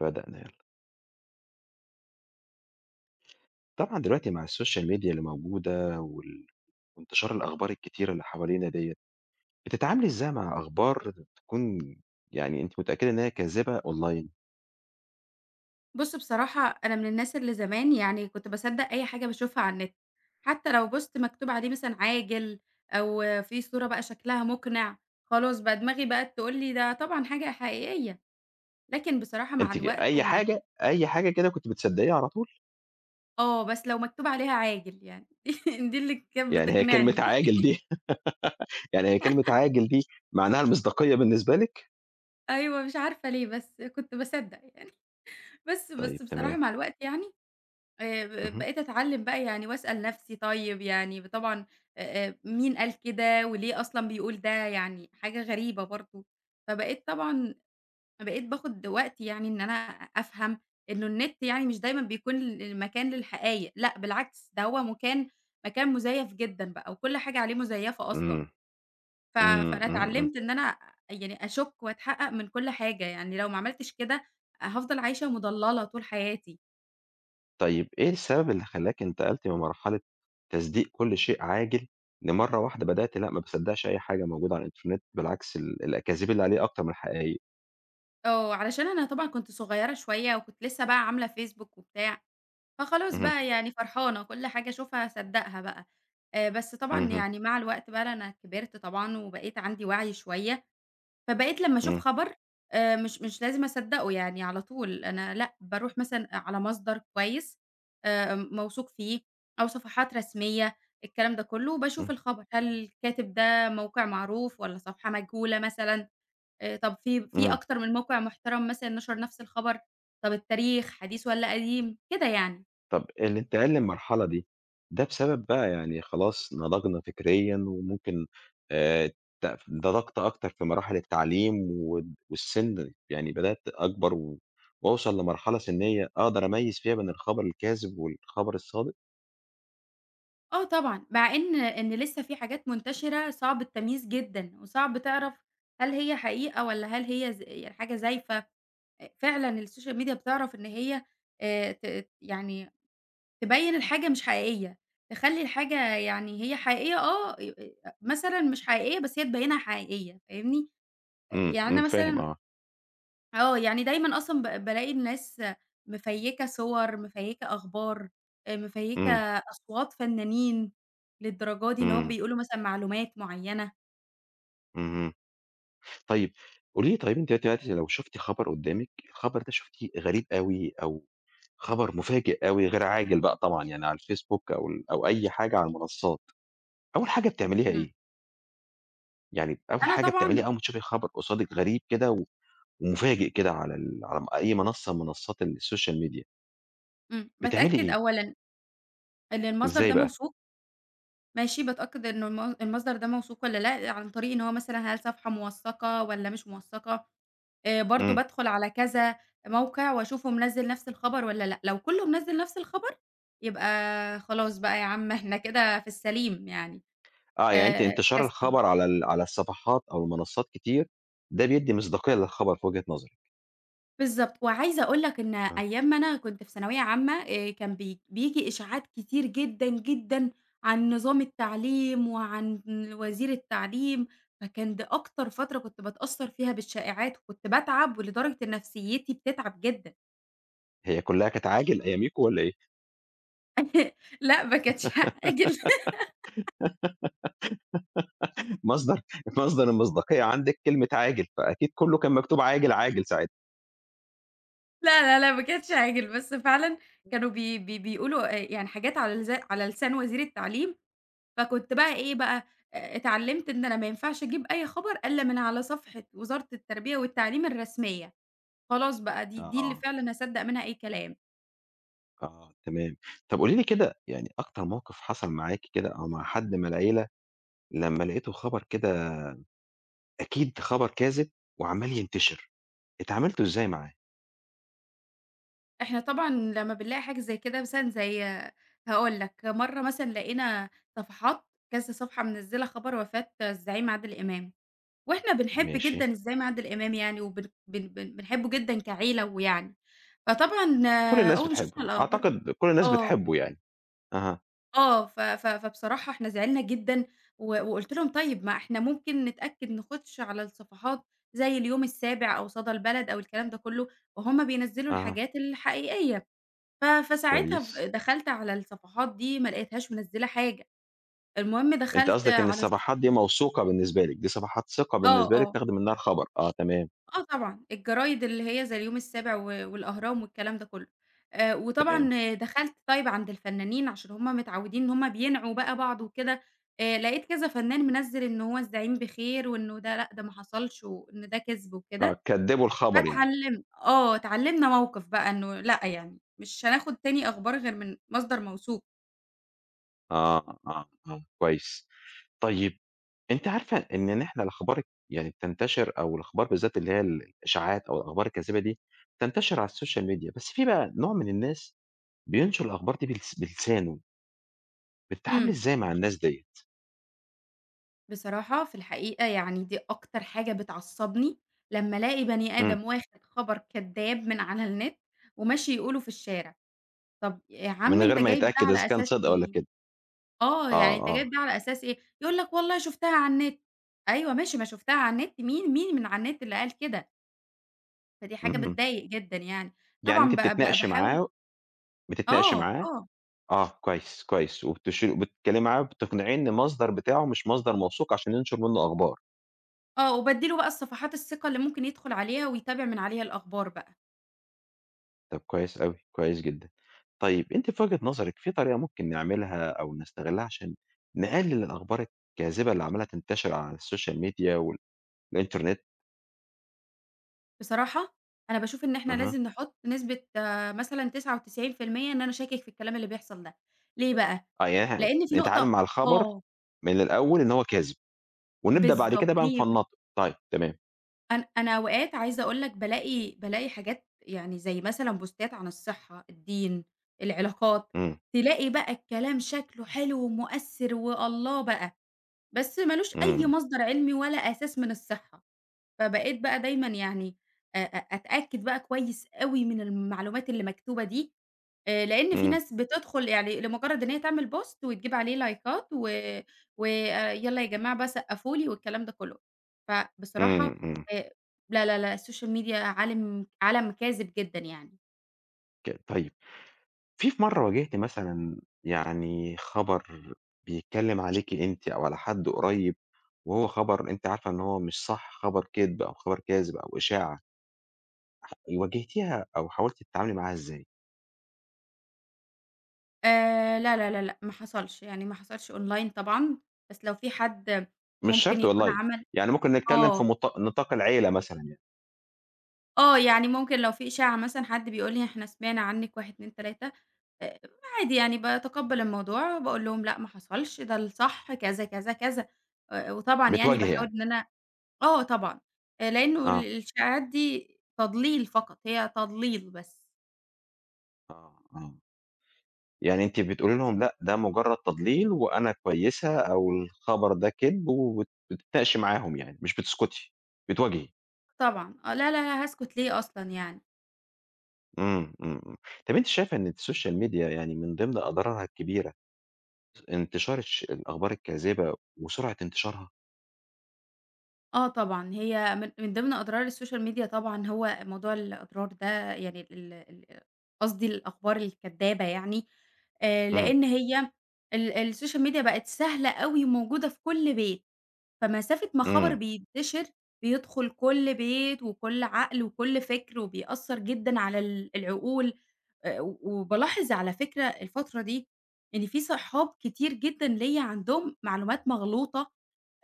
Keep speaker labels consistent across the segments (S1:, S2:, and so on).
S1: بدأنا يلا. طبعًا دلوقتي مع السوشيال ميديا اللي موجودة وانتشار الأخبار الكتيرة اللي حوالينا ديّة، بتتعاملي إزاي مع أخبار تكون يعني أنتِ متأكدة إن هي كاذبة أونلاين؟
S2: بُص بصراحة أنا من الناس اللي زمان يعني كنت باصدّق أي حاجة باشوفها على النت، حتى لو بوست مكتوب عليه مثلًا عاجل أو في صورة بقى شكلها مقنع، خلاص بقى دماغي بقت تقول لي ده طبعًا حاجة حقيقية، لكن بصراحة مع
S1: أنتِ
S2: الوقت
S1: أي
S2: ومع
S1: حاجة أي حاجة كده كنتِ بتصدقيها على طول؟
S2: آه، بس لو مكتوب عليها عاجل يعني دي اللي كانت
S1: يعني هي كلمة
S2: بتقنعني
S1: عاجل دي يعني هي كلمة عاجل دي معناها المصداقية بالنسبة لِك؟
S2: أيوه مش عارفة ليه بس كنت باصدّق يعني، بس
S1: طيب
S2: بصراحة
S1: تمام.
S2: مع الوقت يعني
S1: اهم.
S2: بقيت أتعلّم بقى يعني وأسأل نَفْسي طيب يعني طبعًا مين قال كده وليه أصلًا بيقول ده، يعني حاجة غريبة برضه. فبقيت طبعًا بقيت باخُد وقتي يعني إن أنا أفهم إنه النت يعني مش دايمًا بيكون ال مكان للحقايق، لأ بالعكس ده هو مكان مُزيّف جدًا بقى وكل حاجة عليه مُزيّفة أصلًا.
S1: إمم.
S2: ف
S1: إمم،
S2: فأنا
S1: إمم، إمم.
S2: اتعلّمت إن أنا يعني أشُك وأتحقّق من كل حاجة، يعني لو ما عملتش كده هافضل عايشة مُضلّلة طول حياتي.
S1: طيب إيه السبب اللي خلّاك انتقلت من مرحلة تصديق كل شيء عاجل، لمرّة واحدة بدأت لأ ما باصدّقش أي حاجة موجودة على الإنترنت، بالعكس الأكاذيب اللي عليه أكتر من الحقايق.
S2: آه، علشان أنا طبعًا كنت صغيّرة شوية وكنت لسه بقى عاملة فيسبوك وبتاع، فخلاص
S1: اهم،
S2: بقى يعني فرحانة كل حاجة أشوفها أصدّقها بقى، بس طبعًا
S1: اهم،
S2: يعني مع الوقت بقى أنا كبرت طبعًا وبقيت عندي وعي شوية، فبقيت لمّا أشوف
S1: إمم،
S2: خبر مش لازم أصدّقه يعني على طول، أنا لأ، باروح مثلًا على مصدر كويس موثوق فيه أو صفحات رسمية الكلام ده كلّه، وباشوف
S1: إمم،
S2: الخبر هل الكاتب ده موقع معروف والّا صفحة مجهولة مثلًا. طب في
S1: إمم.
S2: أكتر من موقع محترم مثلًا نشر نفس الخبر، طب التاريخ حديث والّا قديم؟ كده يعني.
S1: طب الانتقال للمرحلة دي، ده بسبب بقى يعني خلاص نضجنا فكريًا وممكن آآ نضجت أكتر في مراحل التعليم والسِن يعني بدأت أكبر وأوصل لمرحلة سِنية أقدر أميّز فيها بين الخبر الكاذب والخبر الصادق؟
S2: آه طبعًا، مع إن لسه في حاجات منتشرة صعب التمييز جدًا، وصعب تعرف هل هي حقيقة والّا هل هي يعني حاجة زايفة. فعلًا السوشيال ميديا بتعرف إن هي ت يعني تبيّن الحاجة مش حقيقية، تخلّي الحاجة يعني هي حقيقية آه، ي أ مثلًا مش حقيقية بس هي تبيّنها حقيقية، فاهمني؟
S1: إمم،
S2: يعني أنا
S1: إمم، فاهم
S2: مثلًا
S1: آه،
S2: آه، يعني دايمًا أصلًا بالاقي الناس مفيّكة صور، مفيّكة أخبار، مفيّكة
S1: إمم،
S2: أصوات فنانين للدرجة دي إن هُم
S1: إمم،
S2: بيقولوا مثلًا معلومات معيّنة.
S1: اهم. طيب قولي لي طيب أنتِ دلوقتي لو شُفتِ خبر قدّامِك، الخبر ده شُفتيه غريب أوي أو خبر مفاجئ أوي غير عاجل بقى طبعًا يعني على الفيسبوك أو أو أي حاجة على المنصات، أول حاجة بتعمليها
S2: إمم،
S1: إيه؟ يعني أول
S2: أنا
S1: حاجة
S2: طبعًا
S1: بتعمليها أول ما تشوفي خبر قصادِك غريب كده ومفاجئ كده على على أي منصة من منصات السوشيال ميديا،
S2: إمم،
S1: بتعملي
S2: باتأكد
S1: إيه؟
S2: أولًا إن المصدر
S1: إزاي
S2: ده
S1: بقى؟
S2: موثوق، ماشي، باتأكد إنه المصدر ده موثوق والّا لأ، عن طريق إن هو مثلًا هل صفحة موثّقة والّا مش موثّقة، برضه
S1: إمم.
S2: بادخل على كذا موقع وأشوفه منزّل نفس الخبر والّا لأ، لو كله منزّل نفس الخبر يبقى خلاص بقى يا عم إحنا كده في السليم يعني.
S1: آه، يعني أنتِ انتشار
S2: بس
S1: الخبر على على الصفحات أو المنصات كتير، ده بيدّي مصداقية للخبر في وجهة نظرِك.
S2: بالضبط، وعايزة أقول لك إن
S1: آه،
S2: أيام ما أنا كنت في ثانوية عامة كان بييجي إشاعات كتير جدًا، جدًا عن نظام التعليم وعن وزير التعليم، فكان ده أكتر فترة كنت باتأثّر فيها بالشائعات، وكنت باتعب ولدرجة إن نفسيتي بتتعب جدًا.
S1: هي كلّها كانت عاجل أياميكم والّا إيه؟
S2: لأ، ما كانش هاعاجل
S1: مصدر مصدر المصداقية عندِك كلمة عاجل، فأكيد كلّه كان مكتوب عاجل، عاجل ساعتها.
S2: لا، لا، لا، ما كانش هاعاجل، بس فعلًا كانوا بي بي بيقولوا يعني حاجات على على لسان وزير التعليم فكنت بقى إيه بقى، اتعلّمت إن أنا ما ينفعش أجيب أي خبر إلا من على صفحة وزارة التربية والتعليم الرسمية، خلاص بقى دي اللي
S1: آه،
S2: فعلًا هاصدّق منها أي كلام.
S1: آه، تمام. طب قولي لي كده يعني أكتر موقف حصل معاكِ كده أو مع حد من العيلة لمّا لقيتوا خبر كده أكيد خبر كاذب وعمّال ينتشر، اتعاملتوا إزاي معاه؟
S2: إحنا طبعًا لمّا بنلاقي حاجة زي كده مثلًا زي هاقول لك، مرّة مثلًا لقينا صفحات كذا صفحة منزّلة خبر وفاة الزعيم عادل إمام، وإحنا بنحب
S1: ماشي،
S2: جدًا الزعيم عادل إمام يعني وبن بن بن بنحبه جدًا كعيلة ويعني، فطبعًا
S1: كل
S2: آه،
S1: الناس
S2: أول ما شُفنا
S1: بتحبه،
S2: الأخبار
S1: أعتقد كل الناس
S2: آه.
S1: بتحبه يعني. أها،
S2: آه، ف ف فبصراحة إحنا زعلنا جدًا، وقُلت لهم: "طيب ما إحنا ممكن نتأكد نخش على الصفحات زي اليوم السابع أو صدى البلد أو الكلام ده كلّه." وهُم بينزّلوا
S1: أها،
S2: الحاجات الحقيقية، ف فساعتها
S1: كويس.
S2: دخلت على الصفحات دي ما لقيتهاش منزّلة حاجة، المهم
S1: أنتِ
S2: دخلت
S1: قصدِك إن
S2: على
S1: الصفحات دي موثوقة بالنسبة لِك، دي صفحات ثقة
S2: آه،
S1: بالنسبة لِك
S2: آه.
S1: تاخدي منها الخبر، آه، تمام،
S2: آه طبعًا، الجرايد اللي هي زي اليوم السابع و والأهرام والكلام ده كلّه،
S1: تمام.
S2: وطبعًا دخلت طيب عند الفنانين عشان هُم متعودين إن هُم بينعوا بقى بعض وكده، لقيت كذا فنان منزّل إن هو الزعيم بخير وإنه ده لأ، ده ما حصلش وإن ده كذب وكده،
S1: آه، كدّبوا الخبر يعني.
S2: فاتعلم آه، اتعلمنا موقف بقى إنه لأ يعني، مش هناخد تاني أخبار غير من مصدر موثوق.
S1: آه، آه، آه، كويس. طيب أنتِ عارفة إن إحنا الأخبار يعني بتنتشر أو الأخبار بالذات اللي هي الإشاعات أو الأخبار الكاذبة دي، تنتشر على الSocial media، بس في بقى نوع من الناس بينشر الأخبار دي بلسانه، بتتعاملي
S2: إمم.
S1: إزاي مع الناس ديّة؟
S2: بصراحة في الحقيقة يعني دي أكتر حاجة بتعصّبني، لمّا ألاقي بني
S1: إمم،
S2: آدم واخد خبر كدّاب من على النت وماشي يقوله في الشارع، طَب يا عم
S1: من
S2: أنت
S1: غير ما
S2: جايب ده
S1: يتأكد إذا
S2: على
S1: كان
S2: أساس
S1: صِدق والّا
S2: إيه؟
S1: كدب.
S2: آه، يعني
S1: آه،
S2: أنت جايب
S1: آه،
S2: ده على أساس إيه؟ يقول لك والله شُفتها على النت، أيوه ماشي ما شُفتها على النت مين من على النت اللي قال كده؟ فدي حاجة
S1: اهم.
S2: بتضايق جدًا يعني،
S1: يعني
S2: طبعًا
S1: أنتِ
S2: ب ب
S1: بتتناقشي
S2: باحاول
S1: معاه بتتناقشي
S2: آه،
S1: معاه
S2: آه،
S1: آه، كويس، كويس، وبتتكلمي معاه وبتقنعيه إن المصدر بتاعه مش مصدر موثوق عشان ينشر منه أخبار.
S2: آه، وبادّي له بقى الصفحات الثقة اللي ممكن يدخل عليها ويتابع من عليها الأخبار بقى.
S1: طب كويس أوي، كويس جدًا. طيب أنتِ في وجهة نظرِك في طريقة ممكن نعملها أو نستغلها عشان نقلل الأخبار الكاذبة اللي عمّالة تنتشر على الSocial media والإنترنت؟
S2: بصراحة أنا باشوف إن إحنا
S1: أها،
S2: لازم نحط نسبة آه، مثلًا 99% إن أنا شاكك في الكلام اللي بيحصل ده، ليه بقى؟
S1: آه يعني إحنا
S2: لإن في
S1: نتعامل
S2: نقطة
S1: مع الخبر
S2: آه،
S1: من الأول إن هو كاذب، ونبدأ بعد
S2: بالضبط
S1: كده بقى
S2: ليه
S1: نفنّطه. طيب تمام،
S2: أنا أوقات عايزة أقول لك بالاقي حاجات يعني زي مثلًا بوستات عن الصحة، الدين، العلاقات،
S1: إمم،
S2: تلاقي بقى الكلام شكله حلو ومؤثر والله بقى، بس ما لوش أي
S1: إمم،
S2: مصدر علمي ولا أساس من الصحة، فبقيت بقى دايمًا يعني أ أ أتأكد بقى كويس أوي من المعلومات اللي مكتوبة دي لإن في
S1: إمم،
S2: ناس بتدخل يعني لمجرد إن هي تعمل post وتجيب عليه لايكات و ويالّا يا جماعة بقى سقّفوا لي والكلام ده كلّه. فبصراحة
S1: إمم، إمم،
S2: آآ لا، لا، لا السوشيال ميديا عالم كاذب جدًا يعني.
S1: طيب. في مرّة واجهتِ مثلًا يعني خبر بيتكلّم عليكِ أنتِ أو على حد قريّب، وهو خبر أنتِ عارفة إن هو مش صح، خبر كدب أو خبر كاذب أو إشاعة، واجهتيها أو حاولتِ تتعاملي معاها إزاي؟
S2: لا، لا، لا، لأ ما حصلش، يعني ما حصلش أونلاين طبعًا، بس لو في حد
S1: مش
S2: ممكن
S1: شرط
S2: يكون
S1: والله،
S2: عمل
S1: يعني ممكن نتكلّم
S2: آه.
S1: في نطاق العيلة مثلًا يعني،
S2: آه، يعني ممكن لو في إشاعة مثلًا حد بيقول لي إحنا سمعنا عنِّك 1، 2، 3 آآ، عادي يعني باتقبّل الموضوع وباقول لهم لأ ما حصلش، ده الصح كذا، كذا، كذا، وطبعًا يعني
S1: بتواجهي
S2: باحاول
S1: يعني،
S2: إن أنا آه طبعًا، لإنه
S1: آه،
S2: الشائعات دي تضليل فقط، هي تضليل بس.
S1: آه، آه، يعني أنتِ بتقولي لهم لأ ده مجرّد تضليل وأنا كويسة أو الخبر ده كدب بتتناقشي معاهم يعني، مش بتسكتي، بتواجهي.
S2: طبعًا، آه، لا، لا، لا هاسكت ليه أصلًا يعني؟
S1: إمم، إمم، إمم. طب أنتِ شايفة إن السوشيال ميديا يعني من ضمن أضرارها الكبيرة انتشار الأخبار الكاذبة وسرعة انتشارها؟
S2: آه طبعًا، هي من ضمن أضرار السوشيال ميديا طبعًا هو موضوع الأضرار ده يعني ال ال قصدي الأخبار الكدابة يعني،
S1: إمم،
S2: لإن هي السوشيال ميديا بقت سهلة أوي وموجودة في كل بيت، فمسافة ما خبر
S1: إمم،
S2: بينتشر بيدخل كل بيت وكل عقل وكل فكر، وبيأثّر جدًا على العقول، وبالاحظ على فكرة الفترة دي إن في صحاب كتير جدًا ليّا عندهم معلومات مغلوطة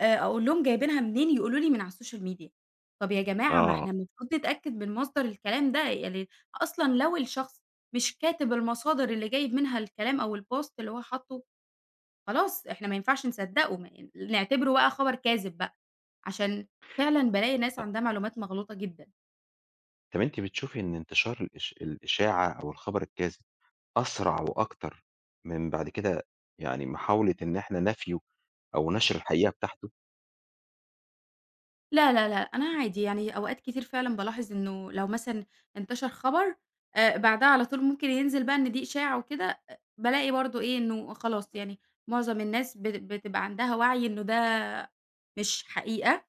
S2: أقول لهم جايبينها منين، يقولوا لي من على السوشيال ميديا. طَب يا جماعة ما إحنا
S1: آه.
S2: المفروض نتأكد من مصدر الكلام ده، يعني أصلًا لو الشخص مش كاتب المصادر اللي جايب منها الكلام أو الpost اللي هو حاطُّه، خلاص إحنا ما ينفعش نصدّقه، ما ي نعتبره بقى خبر كاذب بقى، عشان فعلًا بالاقي ناس عندها معلومات مغلوطة جدًا.
S1: طب أنتِ بتشوفي إن انتشار الإشاعة أو الخبر الكاذب أسرع وأكتر من بعد كده يعني محاولة إن إحنا نفيه أو نشر الحقيقة بتاعته؟
S2: لا، لا، لا، أنا عادي يعني أوقات كتير فعلًا بالاحظ إنه لو مثلًا انتشر خبر بعدها على طول ممكن ينزل بقى إن دي إشاعة وكده، بالاقي برضه إيه، إنه خلاص يعني معظم الناس بتبقى عندها وعي إنه ده مش حقيقة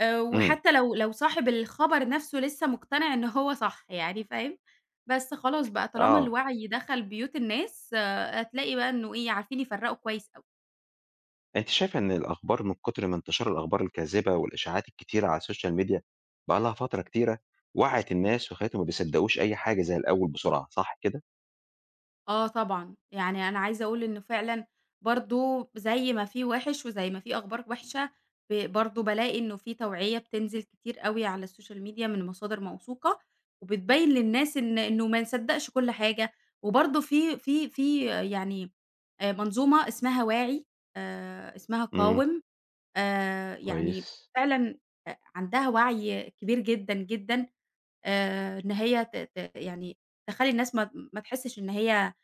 S1: إمم،
S2: وحتى لو صاحب الخبر نفسه لسه مقتنع إن هو صح يعني فاهم؟ بس خلاص بقى طالما
S1: آه.
S2: الوعي دخل بيوت الناس آه، هتلاقي بقى إنه إيه، عارفين يفرّقوا كويس أوي.
S1: أنتِ شايفة إن الأخبار من كتر ما انتشار الأخبار الكاذبة والإشاعات الكتيرة على السوشيال ميديا بقى لها فترة كتيرة، وعّت الناس وخلّتهم ما بيصدّقوش أي حاجة زي الأول بسرعة، صح كده؟
S2: آه طبعًا، يعني أنا عايزة أقول إنه فعلًا برضه زي ما في وِحِش وزي ما في أخبار وِحشة، برضه بالاقي إنه في توعية بتنزل كتير أوي على السوشيال ميديا من مصادر موثوقة، وبتبيّن للناس إنه ما نصدّقش كل حاجة، وبرضه في يعني منظومة اسمها واعي، اسمها
S1: إمم.
S2: قاوم، يعني
S1: كويس.
S2: فعلًا عندها وعي كبير جدًا، جدًا، إن هي ت ت يعني تخلّي الناس ما ما تحسّش إن هي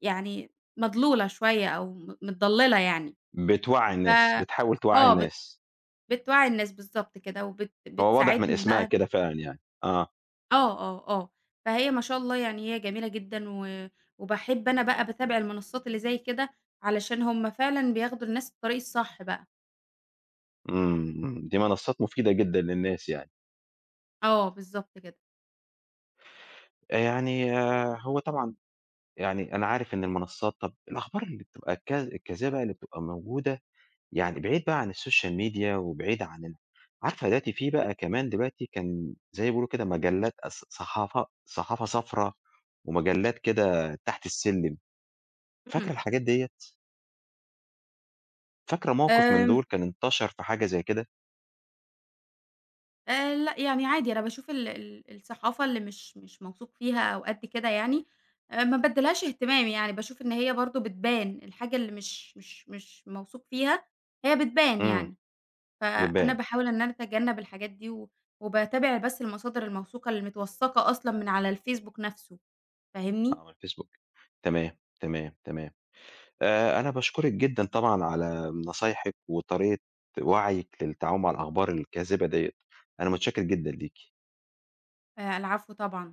S2: يعني مضلولة شوية أو متضلّلة يعني،
S1: بتوعّي
S2: ف
S1: الناس، بتحاول توعّي
S2: آه،
S1: الناس،
S2: بتوعّي الناس بالضبط كده،
S1: هو واضح من
S2: بتساعدهم
S1: اسمها
S2: بقى
S1: كده فعلًا يعني، آه،
S2: آه، آه، آه، فهي ما شاء الله يعني هي جميلة جدًا، وباحب أنا بقى باتابع المنصات اللي زي كده، علشان هُم فعلًا بياخدوا الناس الطريق الصح بقى،
S1: إمم، إمم، دي منصات مفيدة جدًا للناس يعني،
S2: آه بالضبط كده،
S1: يعني آه، هو طبعًا يعني أنا عارف إن المنصات طَب الأخبار اللي بتبقى الكاذبة اللي بتبقى موجودة يعني بعيد بقى عن السوشيال ميديا وبعيد عننا. عارفة دلوقتي في بقى كمان دلوقتي كان زي ما بيقولوا كده مجلات صحافة صفرا ومجلات كده تحت السلم، فاكرة
S2: إمم،
S1: الحاجات ديّة؟ فاكرة موقف من
S2: آمم
S1: دول كان انتشر في حاجة زي كده؟
S2: لأ، يعني عادي أنا باشوف ال ال الصحافة اللي مش موثوق فيها أو قد كده يعني، ما بادّيلهاش اهتمام يعني، باشوف إن هي برضه بتبان، الحاجة اللي مش موثوق فيها هي بتبان
S1: إمم،
S2: يعني، فأنا
S1: بتبان
S2: باحاول إن أنا أتجنب الحاجات دي وباتابع بس المصادر الموثوقة اللي متوثّقة أصلًا من على الفيسبوك نَفْسه،
S1: آه،
S2: فاهمني؟
S1: على الفيسبوك. تمام، تمام، تمام. أنا باشكرِك جدًا طبعًا على نصايحِك وطريقة وعيِك للتعامل مع الأخبار الكاذبة ديّة. أنا متشكر جدًا ليكِ.
S2: العفو طبعًا.